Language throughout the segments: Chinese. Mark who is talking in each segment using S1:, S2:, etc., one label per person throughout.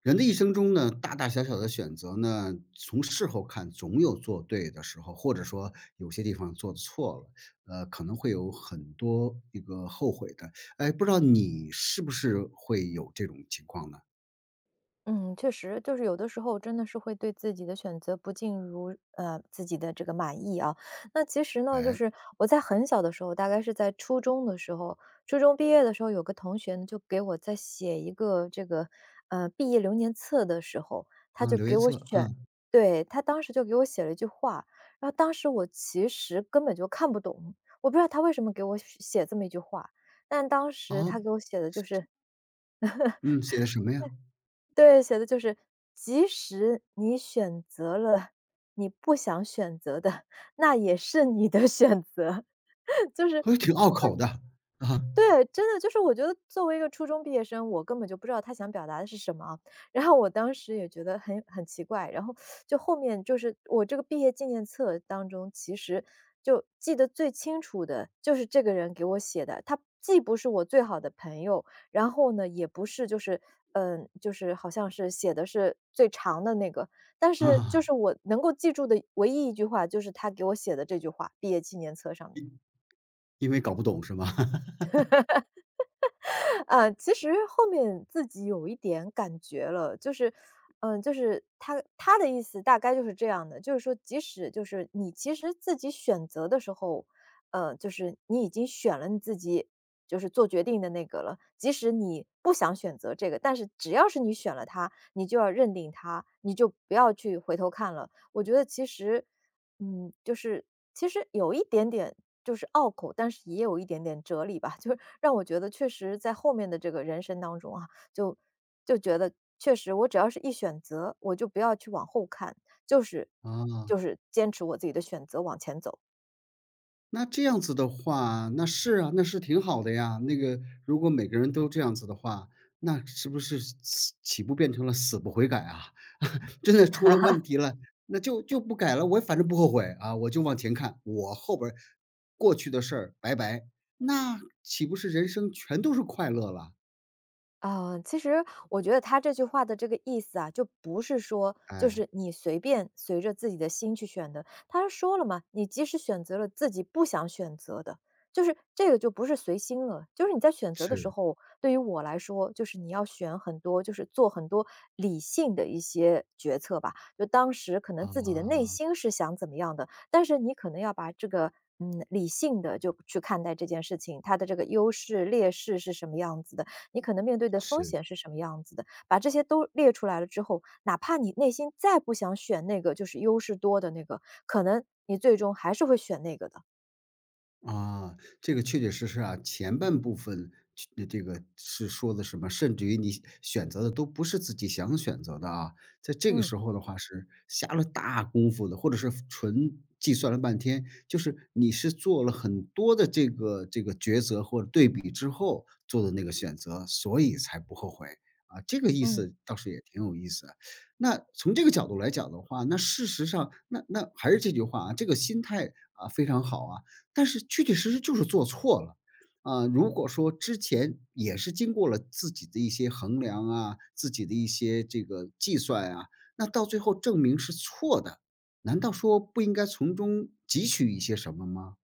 S1: 人的一生中呢，大大小小的选择呢，从事后看总有做对的时候，或者说有些地方做错了，可能会有很多这个后悔的。哎，不知道你是不是会有这种情况呢？
S2: 嗯，确实，就是有的时候真的是会对自己的选择不尽如自己的这个满意啊。那其实呢，就
S1: 哎，
S2: 是我在很小的时候，大概是在初中的时候，初中毕业的时候，有个同学呢就给我在写一个这个毕业留年册的时候，他
S1: 啊，
S2: 就
S1: 留
S2: 给
S1: 颜
S2: 我
S1: 色，
S2: 选。
S1: 嗯，
S2: 对，他当时就给我写了一句话，然后当时我其实根本就看不懂，我不知道他为什么给我写这么一句话，但当时
S1: 哦，
S2: 他给我写的就是。
S1: 嗯，写的什么呀？
S2: 对，写的就是，即使你选择了你不想选择的，那也是你的选择。就 是。
S1: 还挺拗口的，啊
S2: 对，真的就是我觉得作为一个初中毕业生，我根本就不知道他想表达的是什么。然后我当时也觉得很奇怪，然后就后面就是我这个毕业纪念册当中，其实就记得最清楚的就是这个人给我写的，他既不是我最好的朋友，然后呢也不是就是嗯，就是好像是写的是最长的那个，但是就
S1: 啊，
S2: 是我能够记住的唯一一句话，就是他给我写的这句话，毕业纪念册上面。
S1: 因为搞不懂是吗？
S2: 其实后面自己有一点感觉了，就是，嗯、就是他的意思大概就是这样的，就是说，即使就是你其实自己选择的时候，就是你已经选了你自己就是做决定的那个了，即使你不想选择这个，但是只要是你选了它，你就要认定它，你就不要去回头看了。我觉得其实，嗯，就是其实有一点点就是拗口，但是也有一点点哲理吧。就是让我觉得确实在后面的这个人生当中啊，就就觉得确实我只要是一选择，我就不要去往后看，就是
S1: 啊。
S2: 就是坚持我自己的选择往前走。
S1: 那这样子的话，那是啊，那是挺好的呀。那个如果每个人都这样子的话，那是不是死岂不变成了死不悔改啊？真的出了问题了，那就不改了，我反正不后悔啊，我就往前看，我后边儿过去的事儿拜拜，那岂不是人生全都是快乐了？
S2: 其实我觉得他这句话的这个意思啊，就不是说就
S1: 哎，
S2: 是你随便随着自己的心去选的。他说了嘛，你即使选择了自己不想选择的，就是这个就不是随心了。就是你在选择的时
S1: 是
S2: 候，对于我来说，就是你要选很多，就是做很多理性的一些决策吧。就当时可能自己的内
S1: 啊，
S2: 心是想怎么样的，但是你可能要把这个。嗯，理性的就去看待这件事情，它的这个优势劣势是什么样子的，你可能面对的风
S1: 是。
S2: 险是什么样子的，把这些都列出来了之后，哪怕你内心再不想选那个就是优势多的那个，可能你最终还是会选那个的。
S1: 啊，这个确确实实啊，前半部分去这个是说的什么，甚至于你选择的都不是自己想选择的啊，在这个
S2: 嗯
S1: 时候的话是下了大功夫的，或者是纯计算了半天，就是你是做了很多的这个抉择或者对比之后做的那个选择，所以才不后悔。啊，这个意
S2: 嗯。
S1: 思倒是也挺有意思的那从这个角度来讲的话，那事实上，那还是这句话啊，这个心态啊非常好啊。但是确确实实就是做错了。啊，如果说之前也是经过了自己的一些衡量啊，自己的一些这个计算啊，那到最后证明是错的，难道说不应该从中汲取一些什么吗？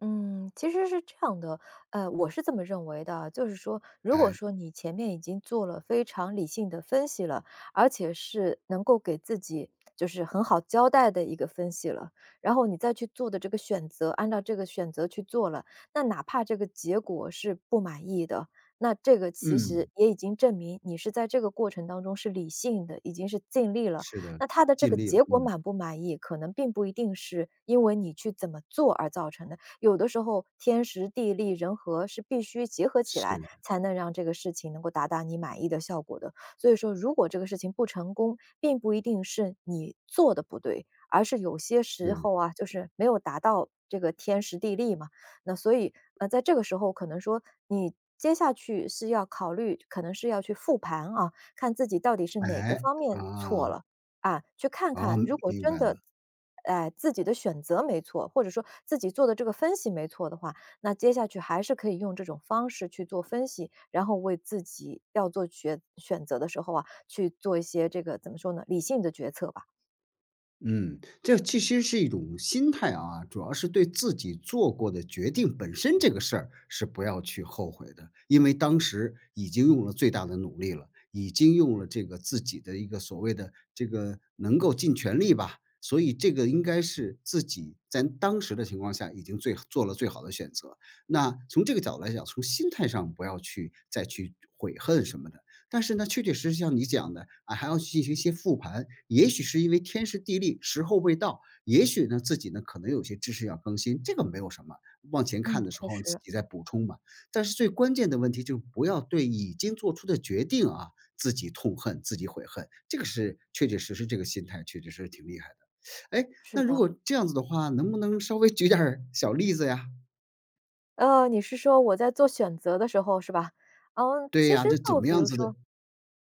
S2: 嗯，其实是这样的，我是这么认为的啊，就是说，如果
S1: 哎，
S2: 说你前面已经做了非常理性的分析了，而且是能够给自己就是很好交代的一个分析了，然后你再去做的这个选择，按照这个选择去做了，那哪怕这个结果是不满意的，那这个其实
S1: 嗯，
S2: 也已经证明你是在这个过程当中是理性的，已经是尽力了。
S1: 是的，
S2: 那他的这
S1: 尽
S2: 个
S1: 力了，
S2: 结果
S1: 嗯，
S2: 满不满意，可能并不一定是因为你去怎么做而造成的。有的时候天时地利人和是必须结合起来，
S1: 是
S2: 才能让这个事情能够达到你满意的效果的。所以说，如果这个事情不成功，并不一定是你做的不对，而是有些时
S1: 是，
S2: 候啊，就是没有达到这个天时地利嘛。那所以，在这个时候，可能说你接下去是要考虑，可能是要去复盘啊，看自己到底是哪
S1: 哎，
S2: 个方
S1: 啊，
S2: 面错了。啊，去看
S1: 哦，
S2: 看，如果
S1: 明
S2: 真
S1: 白
S2: 的，
S1: 了。
S2: 哎，自己的选择没错，或者说自己做的这个分析没错的话，那接下去还是可以用这种方式去做分析，然后为自己要做决选择的时候啊，去做一些这个怎么说呢，理性的决策吧。
S1: 嗯，这其实是一种心态啊，主要是对自己做过的决定本身这个事儿是不要去后悔的，因为当时已经用了最大的努力了，已经用了这个自己的一个所谓的这个能够尽全力吧，所以这个应该是自己在当时的情况下已经最做了最好的选择。那从这个角度来讲，从心态上不要去再去悔恨什么的。但是呢，确确实实像你讲的，啊，还要去进行一些复盘，也许是因为天时地利时候未到，也许呢，自己呢，可能有些知识要更新，这个没有什么，往前
S2: 嗯，
S1: 看的时
S2: 确
S1: 候自
S2: 实。
S1: 己再补充嘛。但是最关键的问题就是不要对已经做出的决定啊，自己痛恨、自己悔恨，这个是确确实实这个心态确确实实挺厉害的。哎，
S2: 是
S1: 那如
S2: 的，
S1: 果这样子的话，能不能稍微举点儿小例子呀？
S2: 你是说我在做选择的时候是吧？嗯，
S1: 对
S2: 其
S1: 呀，
S2: 实
S1: 这怎
S2: 就
S1: 么
S2: 比
S1: 样
S2: 如
S1: 子的
S2: 说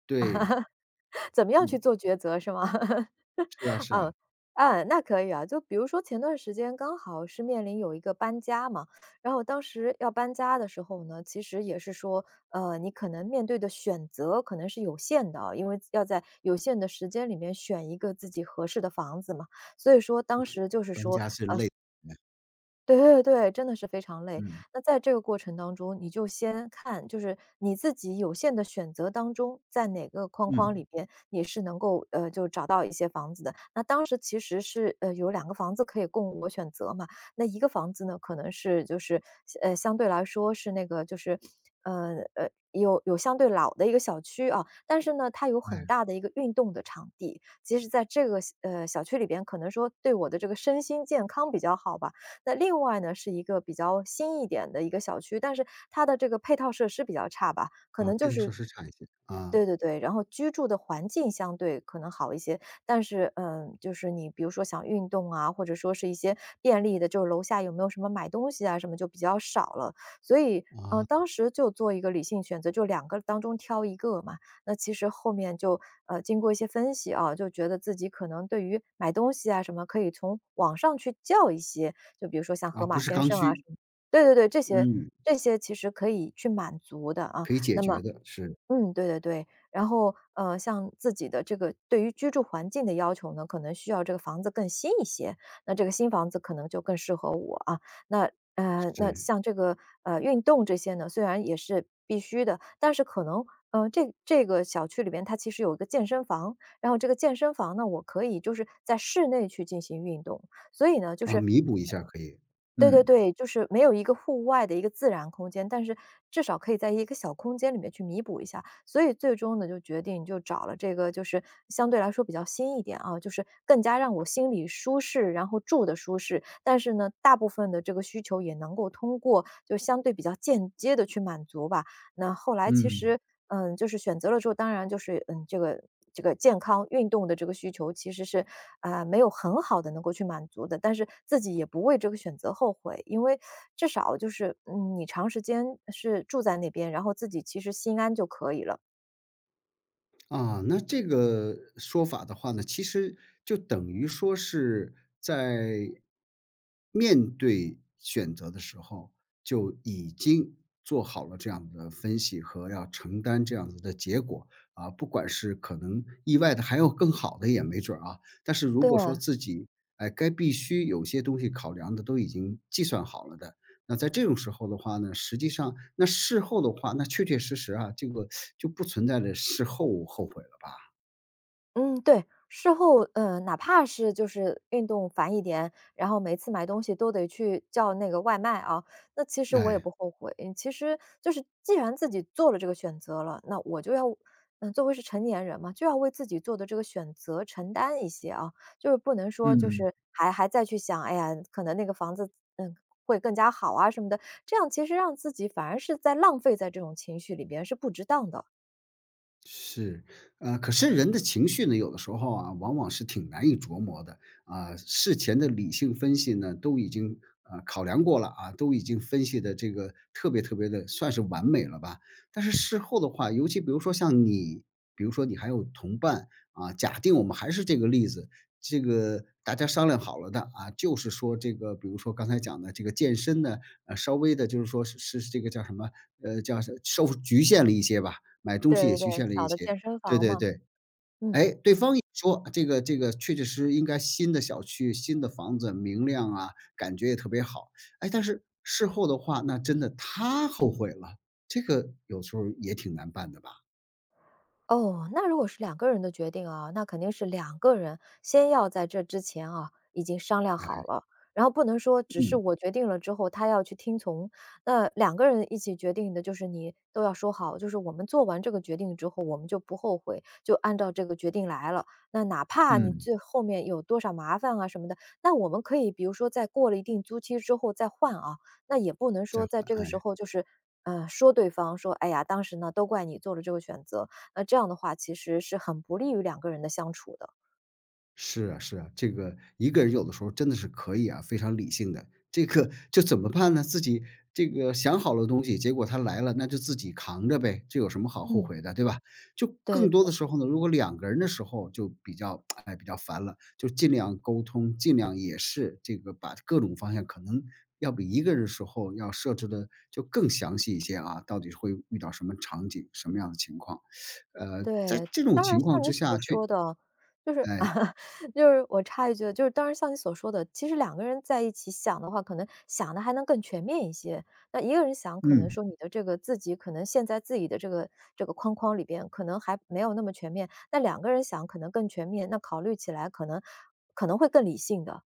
S1: 对，
S2: 怎么样去
S1: 嗯，
S2: 做抉择是吗？
S1: 主要是
S2: 嗯，
S1: 啊，
S2: 啊，那可以啊。就比如说前段时间刚好是面临有一个搬家嘛，然后当时要搬家的时候呢，其实也是说，你可能面对的选择可能是有限的啊，因为要在有限的时间里面选一个自己合适的房子嘛。所以说当时就是
S1: 搬
S2: 说，
S1: 家是累的，
S2: 对对对，真的是非常累。
S1: 嗯。
S2: 那在这个过程当中，你就先看，就是你自己有限的选择当中，在哪个框框里
S1: 嗯，
S2: 边你是能够就找到一些房子的。那当时其实是有两个房子可以供我选择嘛，那一个房子呢，可能是就是相对来说是那个就是有相对老的一个小区啊，但是呢，它有很
S1: 哎，
S2: 大的一个运动的场地。其实在这个小区里边，可能说对我的这个身心健康比较好吧。那另外呢，是一个比较新一点的一个小区，但是它的这个配套设施比较差吧，可
S1: 啊，
S2: 能就
S1: 配套设
S2: 是
S1: 施差一些，啊，
S2: 对对对，然后居住的环境相对可能好一些，但是，嗯，就是你比如说想运动啊，或者说是一些便利的，就是楼下有没有什么买东西啊什么就比较少了。所以，
S1: 啊，
S2: 当时就做一个理性选择，就两个当中挑一个嘛。那其实后面就，经过一些分析啊，就觉得自己可能对于买东西啊什么可以从网上去叫一些，就比如说像
S1: 啊，
S2: 盒
S1: 不
S2: 马
S1: 是
S2: 鲜
S1: 刚
S2: 生啊什
S1: 需，
S2: 么对对对，这些
S1: 嗯，
S2: 这些其实可以去满足的啊。
S1: 可以解
S2: 那么
S1: 决的，是，
S2: 嗯，对对对。然后，像自己的这个对于居住环境的要求呢，可能需要这个房子更新一些，那这个新房子可能就更适合我啊。那那
S1: 是，
S2: 像这个运动这些呢，虽然也是必须的，但是可能这个小区里边它其实有一个健身房，然后这个健身房呢，我可以就是在室内去进行运动，所以呢，就
S1: 啊，
S2: 是
S1: 弥补一下可以，
S2: 对对
S1: 嗯，
S2: 对，就是没有一个户外的一个自然空间，但是至少可以在一个小空间里面去弥补一下。所以最终呢，就决定就找了这个就是相对来说比较新一点啊，就是更加让我心里舒适，然后住的舒适。但是呢，大部分的这个需求也能够通过就相对比较间接的去满足吧。那后来其
S1: 嗯。
S2: 实，嗯，就是选择了之后，当然就是，嗯，这个这个健康运动的这个需求其实是，啊，没有很好的能够去满足的，但是自己也不为这个选择后悔。因为至少就是，嗯，你长时间是住在那边，然后自己其实心安就可以了。
S1: 啊，那这个说法的话呢，其实就等于说是在面对选择的时候，就已经做好了这样的分析和要承担这样子的结果啊。不管是可能意外的，还有更好的也没准儿啊。但是如
S2: 对。
S1: 果说自己哎该必须有些东西考量的都已经计算好了的，那在这种时候的话呢，实际上那事后的话，那确确实实啊，这个就不存在着事后后悔了吧，
S2: 嗯，对，事后，嗯，哪怕是就是运动烦一点，然后每次买东西都得去叫那个外卖啊，那其实我也
S1: 哎。
S2: 不后悔。嗯其实就是既然自己做了这个选择了，那我就要，嗯，作为是成年人嘛，就要为自己做的这个选择承担一些啊，就是不能说就
S1: 嗯。
S2: 是还再去想，哎呀，可能那个房子，嗯。会更加好啊什么的，这样其实让自己反而是在浪费在这种情绪里边是不值当的。
S1: 是，可是人的情绪呢，有的时候啊，往往是挺难以琢磨的啊。事前的理性分析呢，都已经考量过了啊，都已经分析的这个特别特别的，算是完美了吧。但是事后的话，尤其比如说像你，比如说你还有同伴啊，假定我们还是这个例子，这个大家商量好了的啊，就是说这个，比如说刚才讲的这个健身呢，稍微的就是说是这个叫什么，叫是受局限了一些吧。买东西
S2: 对
S1: 也
S2: 对对，
S1: 局限了
S2: 小
S1: 一
S2: 的
S1: 些。
S2: 健身
S1: 对
S2: 房
S1: 对
S2: 嘛，
S1: 对，
S2: 嗯。
S1: 哎，对方也说这个确确实实应该新的小区、新的房子明亮啊，感觉也特别好。哎，但是事后的话，那真的他后悔了，这个有时候也挺难办的吧？
S2: 哦，那如果是两个人的决定啊，那肯定是两个人先要在这之前啊，已经商量好
S1: 哎，
S2: 了，然后不能说只是
S1: 嗯，
S2: 我决定了之后，他要去听从。那两个人一起决定的，就是你都要说好，就是我们做完这个决定之后，我们就不后悔，就按照这个决定来了。那哪怕你
S1: 嗯，
S2: 最后面有多少麻烦啊什么的，那我们可以比如说在过了一定租期之后再换啊，那也不能
S1: 再
S2: 说在
S1: 缓，
S2: 这个时
S1: 哎。
S2: 候就是。说对方说，哎呀，当时呢都怪你做了这个选择，那这样的话其实是很不利于两个人的相处的。
S1: 是啊，是啊，这个一个人有的时候真的是可以啊，非常理性的。这个就怎么办呢？自己这个想好了东西，结果他来了，那就自己扛着呗，这有什么好后
S2: 嗯。
S1: 悔的，对吧？就
S2: 对
S1: 更多的时候呢，如果两个人的时候就比较，哎，比较烦了，就尽量沟通，尽量也是这个把各种方向可能要比一个人的时候要设置的就更详细一些啊，到底会遇到什么场景，什么样的情况？在
S2: 对，
S1: 这种
S2: 当然
S1: 情
S2: 像
S1: 况
S2: 你
S1: 之
S2: 所
S1: 下，却
S2: 说的，就是
S1: 哎，
S2: 就是我插一句，就是当然像你所说的，其实两个人在一起想的话，可能想的还能更全面一些。那一个人想，可能
S1: 嗯。
S2: 说你的这个自己可能陷在自己的这个框框里边，可能还没有那么全面。那两个人想可能更全面，那考虑起来可能会更理性的。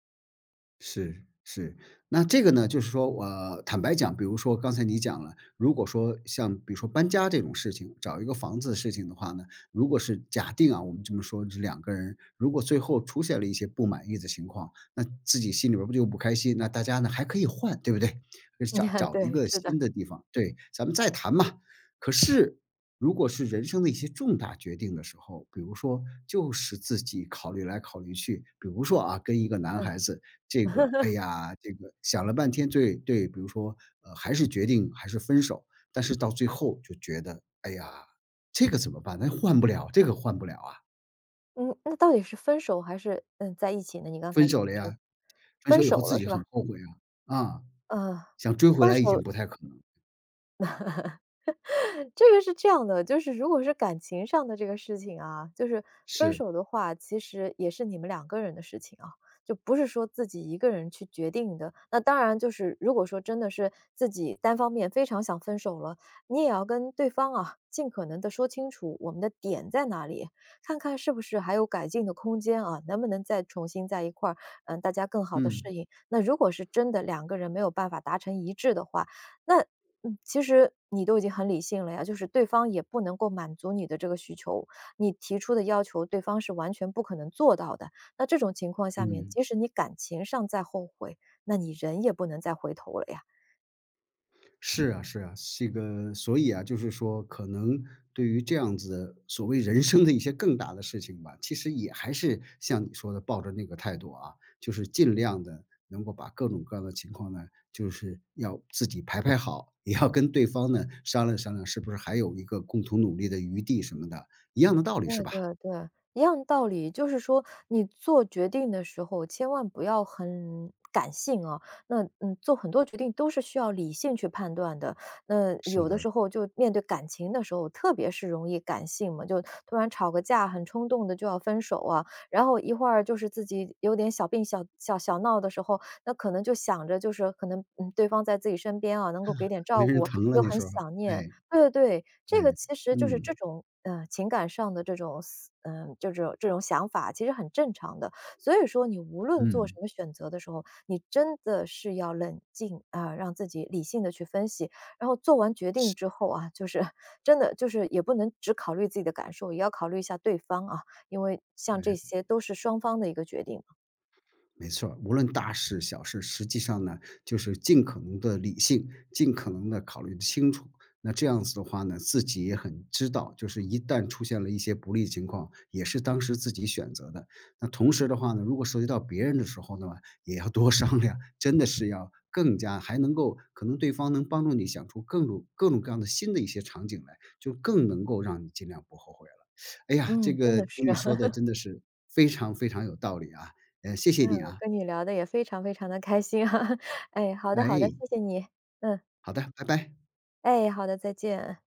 S1: 是是，那这个呢，就是说，我坦白讲，比如说刚才你讲了，如果说像比如说搬家这种事情，找一个房子的事情的话呢，如果是假定啊，我们这么说，这两个人如果最后出现了一些不满意的情况，那自己心里边儿不就不开心？那大家呢还可以换，对不对？就是找 找一
S2: 对，
S1: 个
S2: 是的，
S1: 新的地方，对，咱们再谈嘛。可是如果是人生的一些重大决定的时候，比如说就是自己考虑来考虑去，比如说啊，跟一个男
S2: 嗯。
S1: 孩子。这个，哎 呀，这个想了半天，对对，比如说，还是决定还是分手，但是到最后就觉得，哎呀，这个怎么办？那换不了，这个换不了啊，
S2: 嗯，那到底是分手还是，嗯，在一起呢？你刚才
S1: 分
S2: 说
S1: 手了
S2: 的这个，
S1: 呀，分
S2: 分
S1: 手以后
S2: 手
S1: 自
S2: 了
S1: 己
S2: 是
S1: 很
S2: 吧？
S1: 后悔啊，啊，
S2: 嗯，
S1: 想追回
S2: 分
S1: 来已经
S2: 手
S1: 不太可能，
S2: 这个是这样的，就是如果是感情上的这个事情啊，就是分
S1: 是，
S2: 手的话，其实也是你们两个人的事情啊，就不是说自己一个人去决定的。那当然，就是如果说真的是自己单方面非常想分手了，你也要跟对方啊，尽可能的说清楚我们的点在哪里，看看是不是还有改进的空间啊，能不能再重新在一块儿，嗯，大家更好的
S1: 嗯，
S2: 适应。那如果是真的两个人没有办法达成一致的话，那嗯，其实你都已经很理性了呀，就是对方也不能够满足你的这个需求，你提出的要求对方是完全不可能做到的。那这种情况下面，
S1: 嗯。
S2: 即使你感情上再后悔，那你人也不能再回头了呀。
S1: 是啊，是啊，这个所以啊，就是说，可能对于这样子所谓人生的一些更大的事情吧，其实也还是像你说的，抱着那个态度啊，就是尽量的能够把各种各样的情况呢，就是要自己排排好，也要跟对方呢商量商量，是不是还有一个共同努力的余地什么的，一样的道理
S2: 对
S1: 是吧？
S2: 对对，一样道理。就是说你做决定的时候，千万不要很感性啊。那嗯，做很多决定都是需要理性去判断的。那
S1: 是
S2: 有的
S1: 的，
S2: 时候就面对感情的时候，特别是容易感性嘛，就突然吵个架，很冲动的就要分手啊。然后一会儿就是自己有点小病小闹的时候，那可能就想着就是可能嗯，对方在自己身边啊，能够给点
S1: 没
S2: 照顾
S1: 人
S2: 啊，
S1: 疼了
S2: 又
S1: 那
S2: 很
S1: 时候，
S2: 想念。
S1: 哎，
S2: 对对，对，这
S1: 对，
S2: 个其实就是
S1: 嗯
S2: 这种，情感上的这种思嗯，就这种想法其实很正常的。所以说你无论做什
S1: 嗯，
S2: 么选择的时候，你真的是要冷静，啊，让自己理性的去分析。然后做完决定
S1: 是，
S2: 之后啊，就是 真的就是也不能只考虑自己的感受，也要考虑一下对方啊，因为像这
S1: 哎。
S2: 些都是双方的一个决定嘛。
S1: 没错儿无论大事小事，实际上呢，就是尽可能的理性，尽可能的考虑得清楚。那这样子的话呢，自己也很知道，就是一旦出现了一些不利情况，也是当时自己选择的。那同时的话呢，如果涉及到别人的时候呢，也要多商量，真的是要更加还能够可能对方能帮助你想出各种各种各样的新的一些场景来，就更能够让你尽量不后悔了。哎呀，这
S2: 嗯，真
S1: 个
S2: 的是，
S1: 听你说 的真的是非常非常有道理啊。谢谢
S2: 嗯，
S1: 你啊，
S2: 跟你聊的也非常非常的开心啊。哎，好的好的，
S1: 哎，
S2: 谢谢你。嗯，
S1: 好的，拜拜。
S2: 哎，好的，再见。